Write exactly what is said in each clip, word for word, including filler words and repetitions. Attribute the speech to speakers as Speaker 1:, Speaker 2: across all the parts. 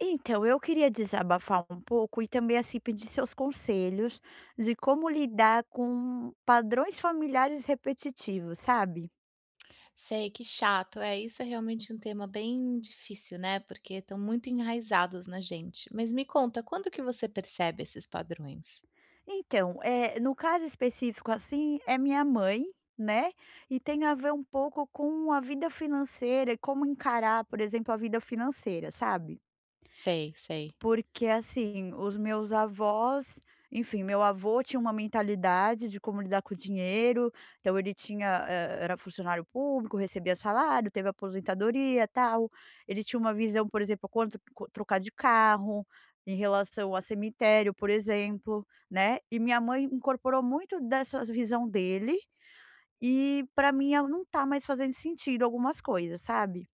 Speaker 1: Então, eu queria desabafar um pouco e também, assim, pedir seus conselhos de como lidar com padrões familiares repetitivos, sabe.
Speaker 2: Sei, que chato. É, isso é realmente um tema bem difícil, né, porque estão muito enraizados na gente. Mas me conta, quando que você percebe esses padrões?
Speaker 1: Então, é no caso específico, assim, é minha mãe, né, e tem a ver um pouco com a vida financeira e como encarar, por exemplo, a vida financeira, sabe.
Speaker 2: Sei, sei.
Speaker 1: Porque, assim, os meus avós enfim, meu avô tinha uma mentalidade de como lidar com o dinheiro, então ele tinha eh, era funcionário público, recebia salário, teve aposentadoria, tal. Ele tinha uma visão, por exemplo, quanto co trocar de carro, em relação a cemitério, por exemplo, né, e minha mãe incorporou muito dessa visão dele, e para mim, ah, não tá mais fazendo sentido algumas coisas, sabe.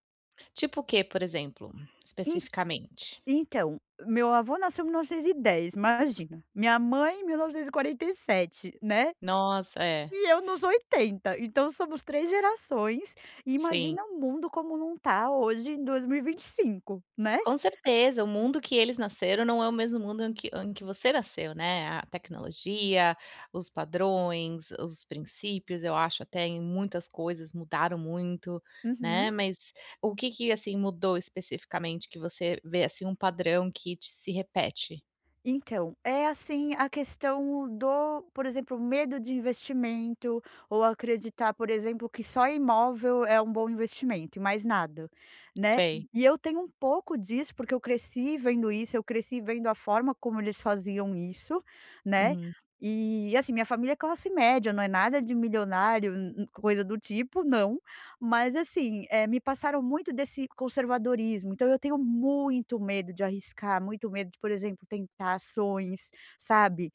Speaker 2: Tipo o quê, por exemplo, especificamente?
Speaker 1: Então, meu avô nasceu em mil novecentos e dez. Imagina. Minha mãe em mil novecentos e e quarenta e sete, né.
Speaker 2: Nossa, é,
Speaker 1: E eu nos oitenta. Então somos três gerações, e
Speaker 2: sim.
Speaker 1: imagina o mundo como não tá hoje em dois mil e e vinte e cinco, né.
Speaker 2: Com certeza, o mundo que eles nasceram não é o mesmo mundo em que em que você nasceu, né, a tecnologia, os padrões, os princípios, eu acho até em muitas coisas mudaram muito, né,
Speaker 1: Uhum.
Speaker 2: mas o que que, assim, mudou especificamente que você vê, assim, um padrão que te se repete?
Speaker 1: Então, é assim a questão do, por exemplo, medo de investimento ou acreditar, por exemplo, que só imóvel é um bom investimento e mais nada, né. E
Speaker 2: Sei.
Speaker 1: e eu tenho um pouco disso, porque eu cresci vendo isso, eu cresci vendo a forma como eles faziam isso, né.
Speaker 2: Uhum.
Speaker 1: E, assim, minha família é classe média, não é nada de milionário, n coisa do tipo, não. Mas assim, eh, me passaram muito desse conservadorismo, então eu tenho muito medo de arriscar, muito medo de, por exemplo, tentar ações, sabe.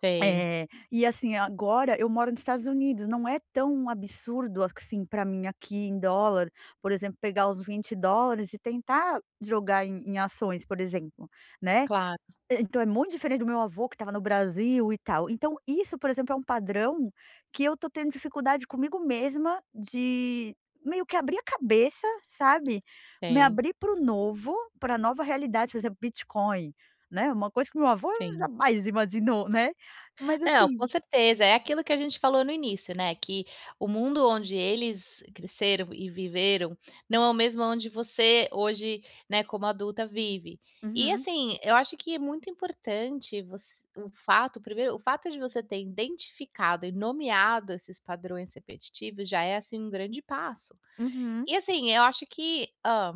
Speaker 2: Sei.
Speaker 1: Eh, e assim, agora eu moro nos Estados Unidos, não é tão absurdo, assim, para mim aqui em dólar, por exemplo, pegar os vinte dólares e tentar jogar em em ações, por exemplo, né.
Speaker 2: Claro,
Speaker 1: É, então é muito diferente do meu avô que estava no Brasil e tal. Então isso, por exemplo, é um padrão que eu tô tendo dificuldade comigo mesma de meio que abrir a cabeça, sabe, me
Speaker 2: tem.
Speaker 1: abrir para o novo, para a nova realidade, por exemplo, Bitcoin, né, uma coisa que meu avô
Speaker 2: Sim.
Speaker 1: jamais imaginou, né. Mas
Speaker 2: Não,
Speaker 1: assim.
Speaker 2: com certeza. É aquilo que a gente falou no início, né, que o mundo onde eles cresceram e viveram não é o mesmo onde você hoje, né, como adulta vive. E
Speaker 1: Uhum.
Speaker 2: assim, eu acho que é muito importante você o fato primeiro, o fato de você ter identificado e nomeado esses padrões repetitivos já é, assim, um grande passo.
Speaker 1: Uhum.
Speaker 2: E assim, eu acho que, hã,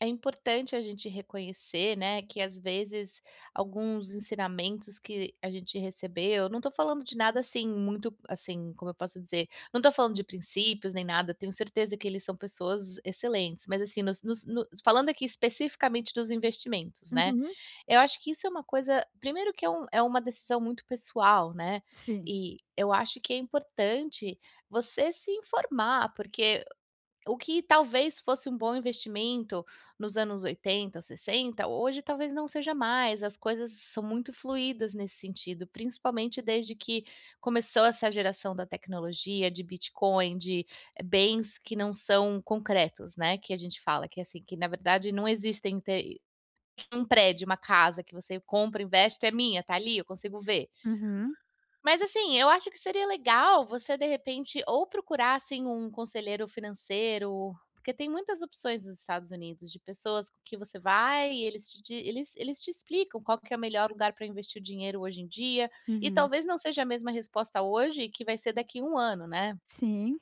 Speaker 2: é importante a gente reconhecer, né, que às vezes alguns ensinamentos que a gente recebeu não tô falando de nada assim muito, assim, como eu posso dizer, não tô falando de princípios nem nada, tenho certeza que eles são pessoas excelentes, mas assim, nos nos no falando aqui especificamente dos investimentos, né.
Speaker 1: Uhum.
Speaker 2: Eu acho que isso é uma coisa primeiro que é um é uma decisão muito pessoal, né,
Speaker 1: Sim.
Speaker 2: e eu acho que é importante você se informar, porque o que talvez fosse um bom investimento nos anos oitenta, sessenta, hoje talvez não seja mais. As coisas são muito fluidas nesse sentido, principalmente desde que começou essa geração da tecnologia, de Bitcoin, de eh, bens que não são concretos, né, que a gente fala que, assim, que na verdade não existem ter um prédio, uma casa que você compra, investe, é minha, tá ali, eu consigo ver.
Speaker 1: Uhum.
Speaker 2: Mas assim, eu acho que seria legal você de repente ou procurar, assim, um conselheiro financeiro, porque tem muitas opções nos Estados Unidos de pessoas com que você vai e eles te di eles eles te explicam qual que é o melhor lugar para investir o dinheiro hoje em dia, e
Speaker 1: Uhum.
Speaker 2: talvez não seja a mesma resposta hoje que vai ser daqui a um ano, né.
Speaker 1: Sim.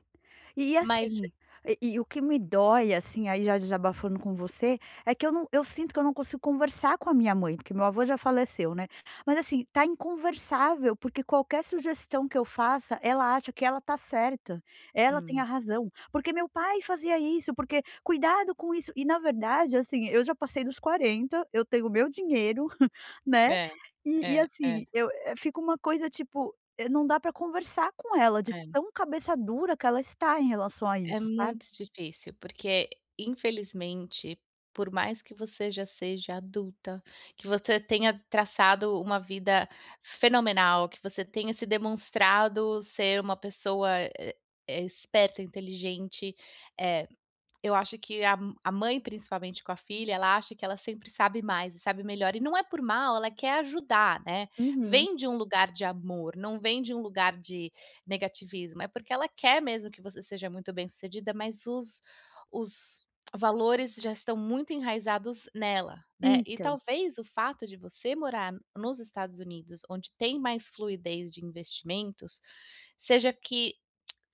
Speaker 1: E
Speaker 2: Mas
Speaker 1: assim, e e o que me dói, assim, aí já desabafando com você, é que eu não eu sinto que eu não consigo conversar com a minha mãe, porque meu avô já faleceu, né. Mas assim, tá inconversável, porque qualquer sugestão que eu faça, ela acha que ela tá certa, ela tem
Speaker 2: hum.
Speaker 1: a razão. "Porque meu pai fazia isso, porque cuidado com isso", e na verdade, assim, eu já passei dos quarenta eu tenho meu dinheiro, né,
Speaker 2: É,
Speaker 1: e e
Speaker 2: é, é,
Speaker 1: assim, eu eh, fica uma coisa tipo eh, não dá pra conversar com ela de
Speaker 2: é.
Speaker 1: tão cabeça dura que ela está em relação a
Speaker 2: É
Speaker 1: isso, sabe.
Speaker 2: muito difícil, porque infelizmente, por mais que você já seja adulta, que você tenha traçado uma vida fenomenal, que você tenha se demonstrado ser uma pessoa, eh eh, esperta, inteligente, eh eu acho que a a mãe, principalmente com a filha, ela acha que ela sempre sabe mais e sabe melhor, e não é por mal, ela quer ajudar, né.
Speaker 1: Uhum.
Speaker 2: Vem de um lugar de amor, não vem de um lugar de negativismo, é porque ela quer mesmo que você seja muito bem-sucedida, mas os os valores já estão muito enraizados nela, né. E
Speaker 1: Então.
Speaker 2: talvez o fato de você morar nos Estados Unidos, onde tem mais fluidez de investimentos, seja que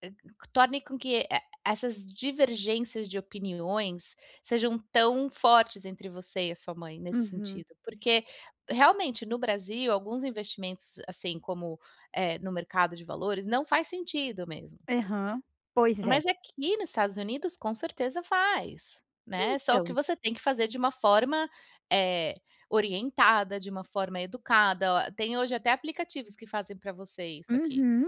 Speaker 2: eh, que torne com que, eh, essas divergências de opiniões sejam tão fortes entre você e a sua mãe, nesse
Speaker 1: Uhum.
Speaker 2: sentido. Porque, realmente, no Brasil, alguns investimentos, assim, como, eh, no mercado de valores, não faz sentido mesmo.
Speaker 1: Aham. Pois é.
Speaker 2: Mas aqui nos Estados Unidos, com certeza faz, né. Só que
Speaker 1: Então.
Speaker 2: você tem que fazer de uma forma, eh, orientada, de uma forma educada. Ó, Tem hoje até aplicativos que fazem para você isso aqui.
Speaker 1: Uhum.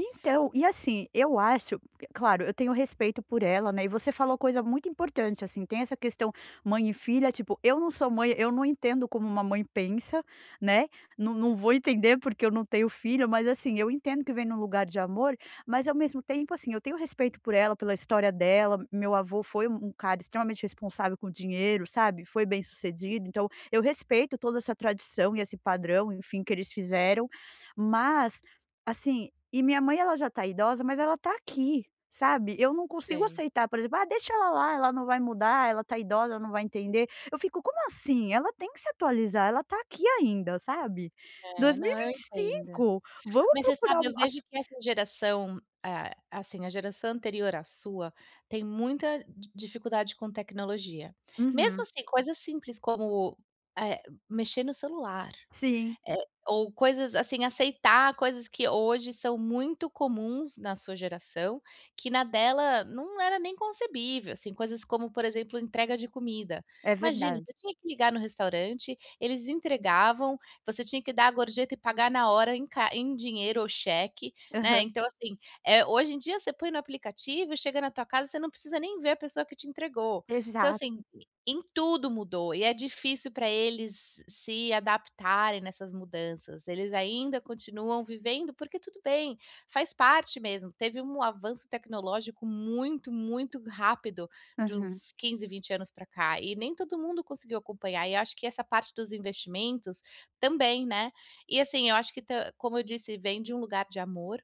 Speaker 1: Então, e assim, eu acho claro, eu tenho respeito por ela, né, e você falou coisa muito importante, assim, tem essa questão mãe e filha, tipo, eu não sou mãe, eu não entendo como uma mãe pensa, né, não não vou entender porque eu não tenho filho, mas assim, eu entendo que vem num lugar de amor, mas ao mesmo tempo, assim, eu tenho respeito por ela, pela história dela, meu avô foi um um cara extremamente responsável com o dinheiro, sabe, foi bem-sucedido, então eu respeito toda essa tradição e esse padrão, enfim, que eles fizeram, mas, assim e minha mãe ela já tá idosa, mas ela tá aqui, sabe. Eu não consigo
Speaker 2: Sei.
Speaker 1: aceitar, por exemplo: "Ah, deixa ela lá, ela não vai mudar, ela tá idosa, ela não vai entender". Eu fico: "Como assim? Ela tem que se atualizar, ela tá aqui ainda", sabe.
Speaker 2: É, não, eu entendo.
Speaker 1: dois mil e vinte e cinco, vamos
Speaker 2: Mas você
Speaker 1: procurar
Speaker 2: sabe,
Speaker 1: um-
Speaker 2: eu vejo
Speaker 1: as
Speaker 2: que essa geração, ah, assim, a geração anterior à sua, tem muita di dificuldade com tecnologia. Mesmo
Speaker 1: Uhum.
Speaker 2: assim, coisas simples como, eh, mexer no celular.
Speaker 1: Sim,
Speaker 2: Eh, ou coisas assim, aceitar coisas que hoje são muito comuns na sua geração, que na dela não era nem concebível, assim, coisas como, por exemplo, entrega de comida.
Speaker 1: é
Speaker 2: Imagina,
Speaker 1: verdade.
Speaker 2: você tinha que ligar no restaurante, eles entregavam, você tinha que dar a gorjeta e pagar na hora em ca em dinheiro ou cheque, né,
Speaker 1: Aham.
Speaker 2: então assim, eh, hoje em dia você põe no aplicativo chega na tua casa, você não precisa nem ver a pessoa que te entregou. Então
Speaker 1: Exato.
Speaker 2: assim em tudo mudou e é difícil para eles se adaptarem nessas mudanças. Eles ainda continuam vivendo, porque tudo bem, faz parte mesmo. Teve um avanço tecnológico muito, muito rápido de
Speaker 1: Aham.
Speaker 2: uns quinze, vinte anos para cá e nem todo mundo conseguiu acompanhar. E eu acho que essa parte dos investimentos também, né? E assim, eu acho que, ta- como eu disse, vem de um lugar de amor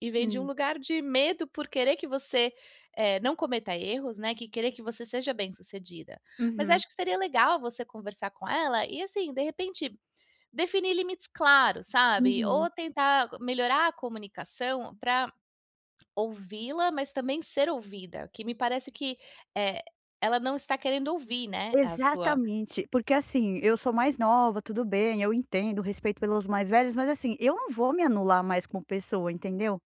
Speaker 2: e vem de um
Speaker 1: Hum.
Speaker 2: lugar de medo por querer que você eh, não cometa erros, né? Que querer que você seja bem-sucedida. Mas
Speaker 1: Uhum.
Speaker 2: acho que seria legal você conversar com ela e, assim, de repente, definir limites claros, sabe? Ou
Speaker 1: Uhum.
Speaker 2: tentar melhorar a comunicação para ouvi-la, mas também ser ouvida, que me parece que, eh, ela não está querendo ouvir, né, a sua
Speaker 1: Exatamente. Porque, assim, eu sou mais nova, tudo bem, eu entendo respeito pelos mais velhos, mas, assim, eu não vou me anular mais como pessoa, entendeu?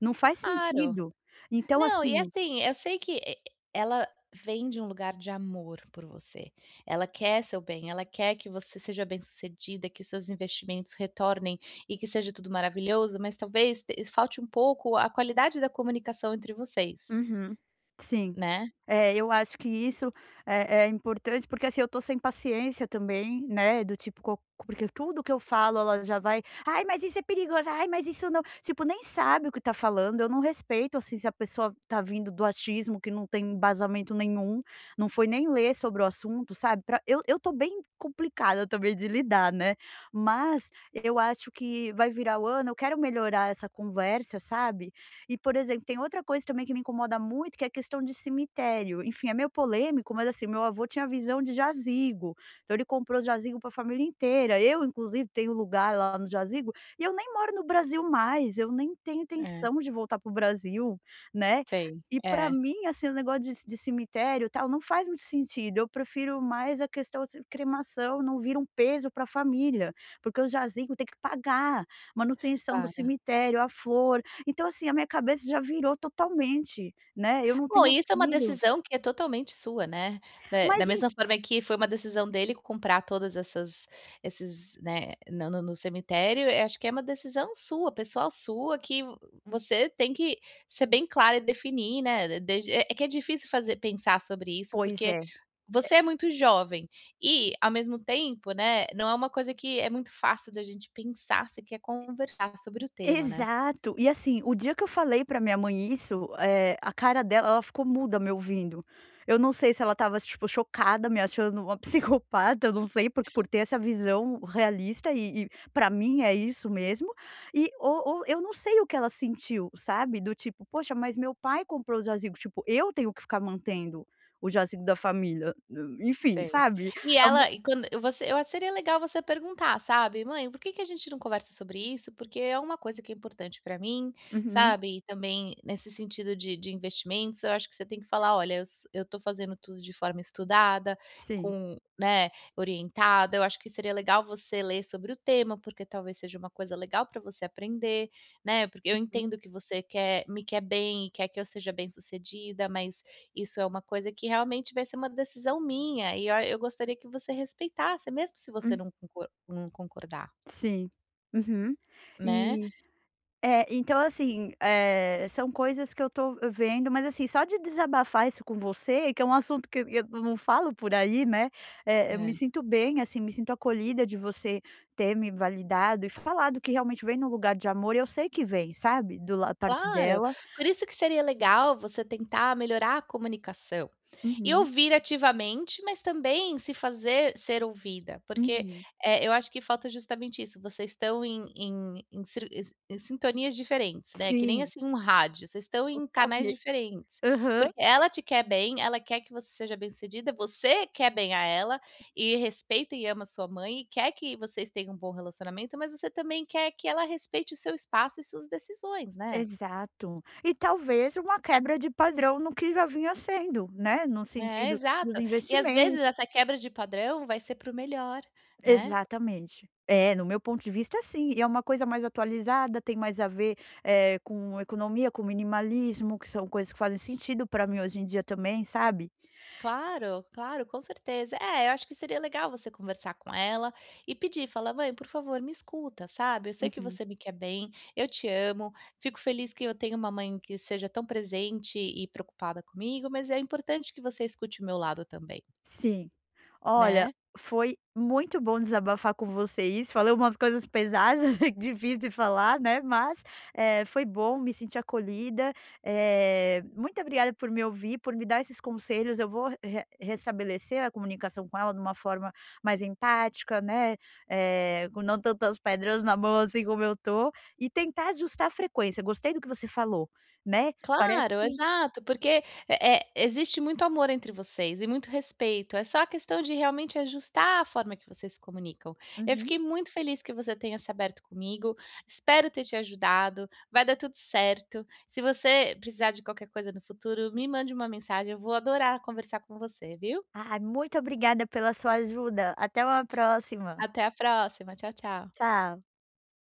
Speaker 1: Não faz
Speaker 2: claro.
Speaker 1: sentido. Então
Speaker 2: Não, e
Speaker 1: assim.
Speaker 2: assim, eu sei que e ela vem de um lugar de amor por você. Ela quer seu bem, ela quer que você seja bem-sucedida, que seus investimentos retornem e que seja tudo maravilhoso, mas talvez te eh, falte um pouco a qualidade da comunicação entre vocês,
Speaker 1: Uhum. Sim.
Speaker 2: né?
Speaker 1: É, eu acho que isso é é importante, porque, assim, eu tô sem paciência também, né, do tipo co porque tudo que eu falo ela já vai: "Ai, mas isso é perigoso. Ai, mas isso não", tipo, nem sabe o que tá falando, eu não respeito, assim, se a pessoa tá vindo do achismo que não tem embasamento nenhum, não foi nem ler sobre o assunto, sabe, pra eu eu tô bem complicada também de lidar, né, mas eu acho que vai virar o ano, eu quero melhorar essa conversa, sabe, e, por exemplo, tem outra coisa também que me incomoda muito, que é a questão de cemitério. Enfim, é meio polêmico, mas assim, meu avô tinha visão de jazigo. Então ele comprou jazigo para a família inteira. Eu, inclusive, tenho lugar lá no jazigo, e eu nem moro no Brasil mais, eu nem tenho
Speaker 2: É,
Speaker 1: intenção de voltar para o Brasil, né?
Speaker 2: tem,
Speaker 1: E para
Speaker 2: é.
Speaker 1: mim, assim, o negócio de, de cemitério e tal não faz muito sentido. Eu prefiro mais a questão de cremação, não vira um peso para a família, porque o jazigo tem que pagar manutenção do cemitério, a flor, então, assim, a minha cabeça já virou totalmente, né, eu não
Speaker 2: Bom,
Speaker 1: tenho
Speaker 2: isso é uma
Speaker 1: filho.
Speaker 2: decisão que é totalmente sua, né, da da
Speaker 1: Mas en
Speaker 2: mesma forma que foi uma decisão dele comprar todas essas esses, né, no no no cemitério, eh, acho que é uma decisão sua, pessoal sua, que você tem que ser bem clara e definir, né, desde é é que é difícil fazer pensar sobre isso,
Speaker 1: Pois
Speaker 2: porque
Speaker 1: é.
Speaker 2: você é muito jovem e, ao mesmo tempo, né, não é uma coisa que é muito fácil da gente pensar, você quer conversar sobre o tema, né.
Speaker 1: Exato. E assim, o dia que eu falei pra minha mãe isso, eh, a cara dela ela ficou muda me ouvindo. Eu não sei se ela estava, tipo, chocada, me achando uma psicopata, eu não sei, porque por ter essa visão realista e e pra mim é isso mesmo. E ou ou eu não sei o que ela sentiu, sabe, do tipo: "Poxa, mas meu pai comprou o jazigo, tipo, eu tenho que ficar mantendo o jazigo da família". Enfim,
Speaker 2: Sei.
Speaker 1: sabe.
Speaker 2: E
Speaker 1: É uma
Speaker 2: ela e quando você eu acho que seria legal você perguntar, sabe: "Mãe, por que que a gente não conversa sobre isso? Porque é uma coisa que é importante para mim",
Speaker 1: Uhum,
Speaker 2: sabe. E também nesse sentido de de investimentos, eu acho que você tem que falar: "Olha, eu s eu tô fazendo tudo de forma estudada,
Speaker 1: sim.
Speaker 2: com né, orientada". Eu acho que seria legal você ler sobre o tema, porque talvez seja uma coisa legal para você aprender, né. Porque eu
Speaker 1: Uhum,
Speaker 2: entendo que você quer me quer bem e quer que eu seja bem-sucedida, mas isso é uma coisa que realmente vai ser uma decisão minha e olha, eu gostaria que você respeitasse, mesmo se você
Speaker 1: hum,
Speaker 2: não concor não concordar,
Speaker 1: sim. Uhum.
Speaker 2: né.
Speaker 1: E. É, então assim, eh, são coisas que eu tô vendo, mas assim, só de desabafar isso com você, que é um assunto que eu não falo por aí, né, eh, eu me
Speaker 2: É.
Speaker 1: sinto bem, assim, me sinto acolhida de você ter me validado e falado que realmente vem no lugar de amor, eu sei que vem, sabe, do la parte
Speaker 2: Claro,
Speaker 1: dela.
Speaker 2: por isso que seria legal você tentar melhorar a comunicação. E
Speaker 1: Uhum,
Speaker 2: ouvir ativamente, mas também se fazer ser ouvida, porque,
Speaker 1: uhum.
Speaker 2: eh, eu acho que falta justamente isso, vocês estão em em em cir es- em sintonias diferentes, né, que nem
Speaker 1: Sim,
Speaker 2: assim um rádio, vocês estão em canais
Speaker 1: totalmente.
Speaker 2: diferentes,
Speaker 1: Aham,
Speaker 2: porque ela te quer bem, ela quer que você seja bem-sucedida, você quer bem a ela e respeita e ama sua mãe e quer que vocês tenham um bom relacionamento, mas você também quer que ela respeite o seu espaço e suas decisões, né.
Speaker 1: exato. E talvez uma quebra de padrão no que já vinha sendo, né, no
Speaker 2: É,
Speaker 1: sentido dos
Speaker 2: exato. E às vezes
Speaker 1: investimentos.
Speaker 2: essa quebra de padrão vai ser para o melhor, né.
Speaker 1: Exatamente. É, no meu ponto de vista, sim. E é uma coisa mais atualizada, tem mais a ver, eh, com economia, com minimalismo, que são coisas que fazem sentido para mim hoje em dia também, sabe?
Speaker 2: Claro, claro, com certeza. É, eu acho que seria legal você conversar com ela e pedir, falar: "Mãe, por favor, me escuta, sabe? Eu sei que
Speaker 1: Uhum.
Speaker 2: você me quer bem, eu te amo, fico feliz que eu tenha uma mãe que seja tão presente e preocupada comigo, mas é importante que você escute o meu lado também,
Speaker 1: Sim. Olha,
Speaker 2: né?"
Speaker 1: foi muito bom desabafar com você isso, falei umas coisas pesadas, difícil de falar, né, mas, eh, foi bom, me senti acolhida, eh, muito obrigada por me ouvir, por me dar esses conselhos, eu vou re restabelecer a comunicação com ela de uma forma mais empática, né, eh, com não tantas pedras na mão assim como eu tô, e tentar ajustar a frequência, gostei do que você falou, né, parece
Speaker 2: Claro,
Speaker 1: que.
Speaker 2: exato, porque, eh eh, existe muito amor entre vocês e muito respeito, é só questão de realmente ajustar a forma que vocês se comunicam. Eu
Speaker 1: Uhum.
Speaker 2: fiquei muito feliz que você tenha se aberto comigo, espero ter te ajudado, vai dar tudo certo. Se você precisar de qualquer coisa no futuro, me mande uma mensagem, eu vou adorar conversar com você, viu.
Speaker 1: Ai, muito obrigada pela sua ajuda, até uma próxima.
Speaker 2: Até a próxima, tchau, tchau.
Speaker 1: Tchau.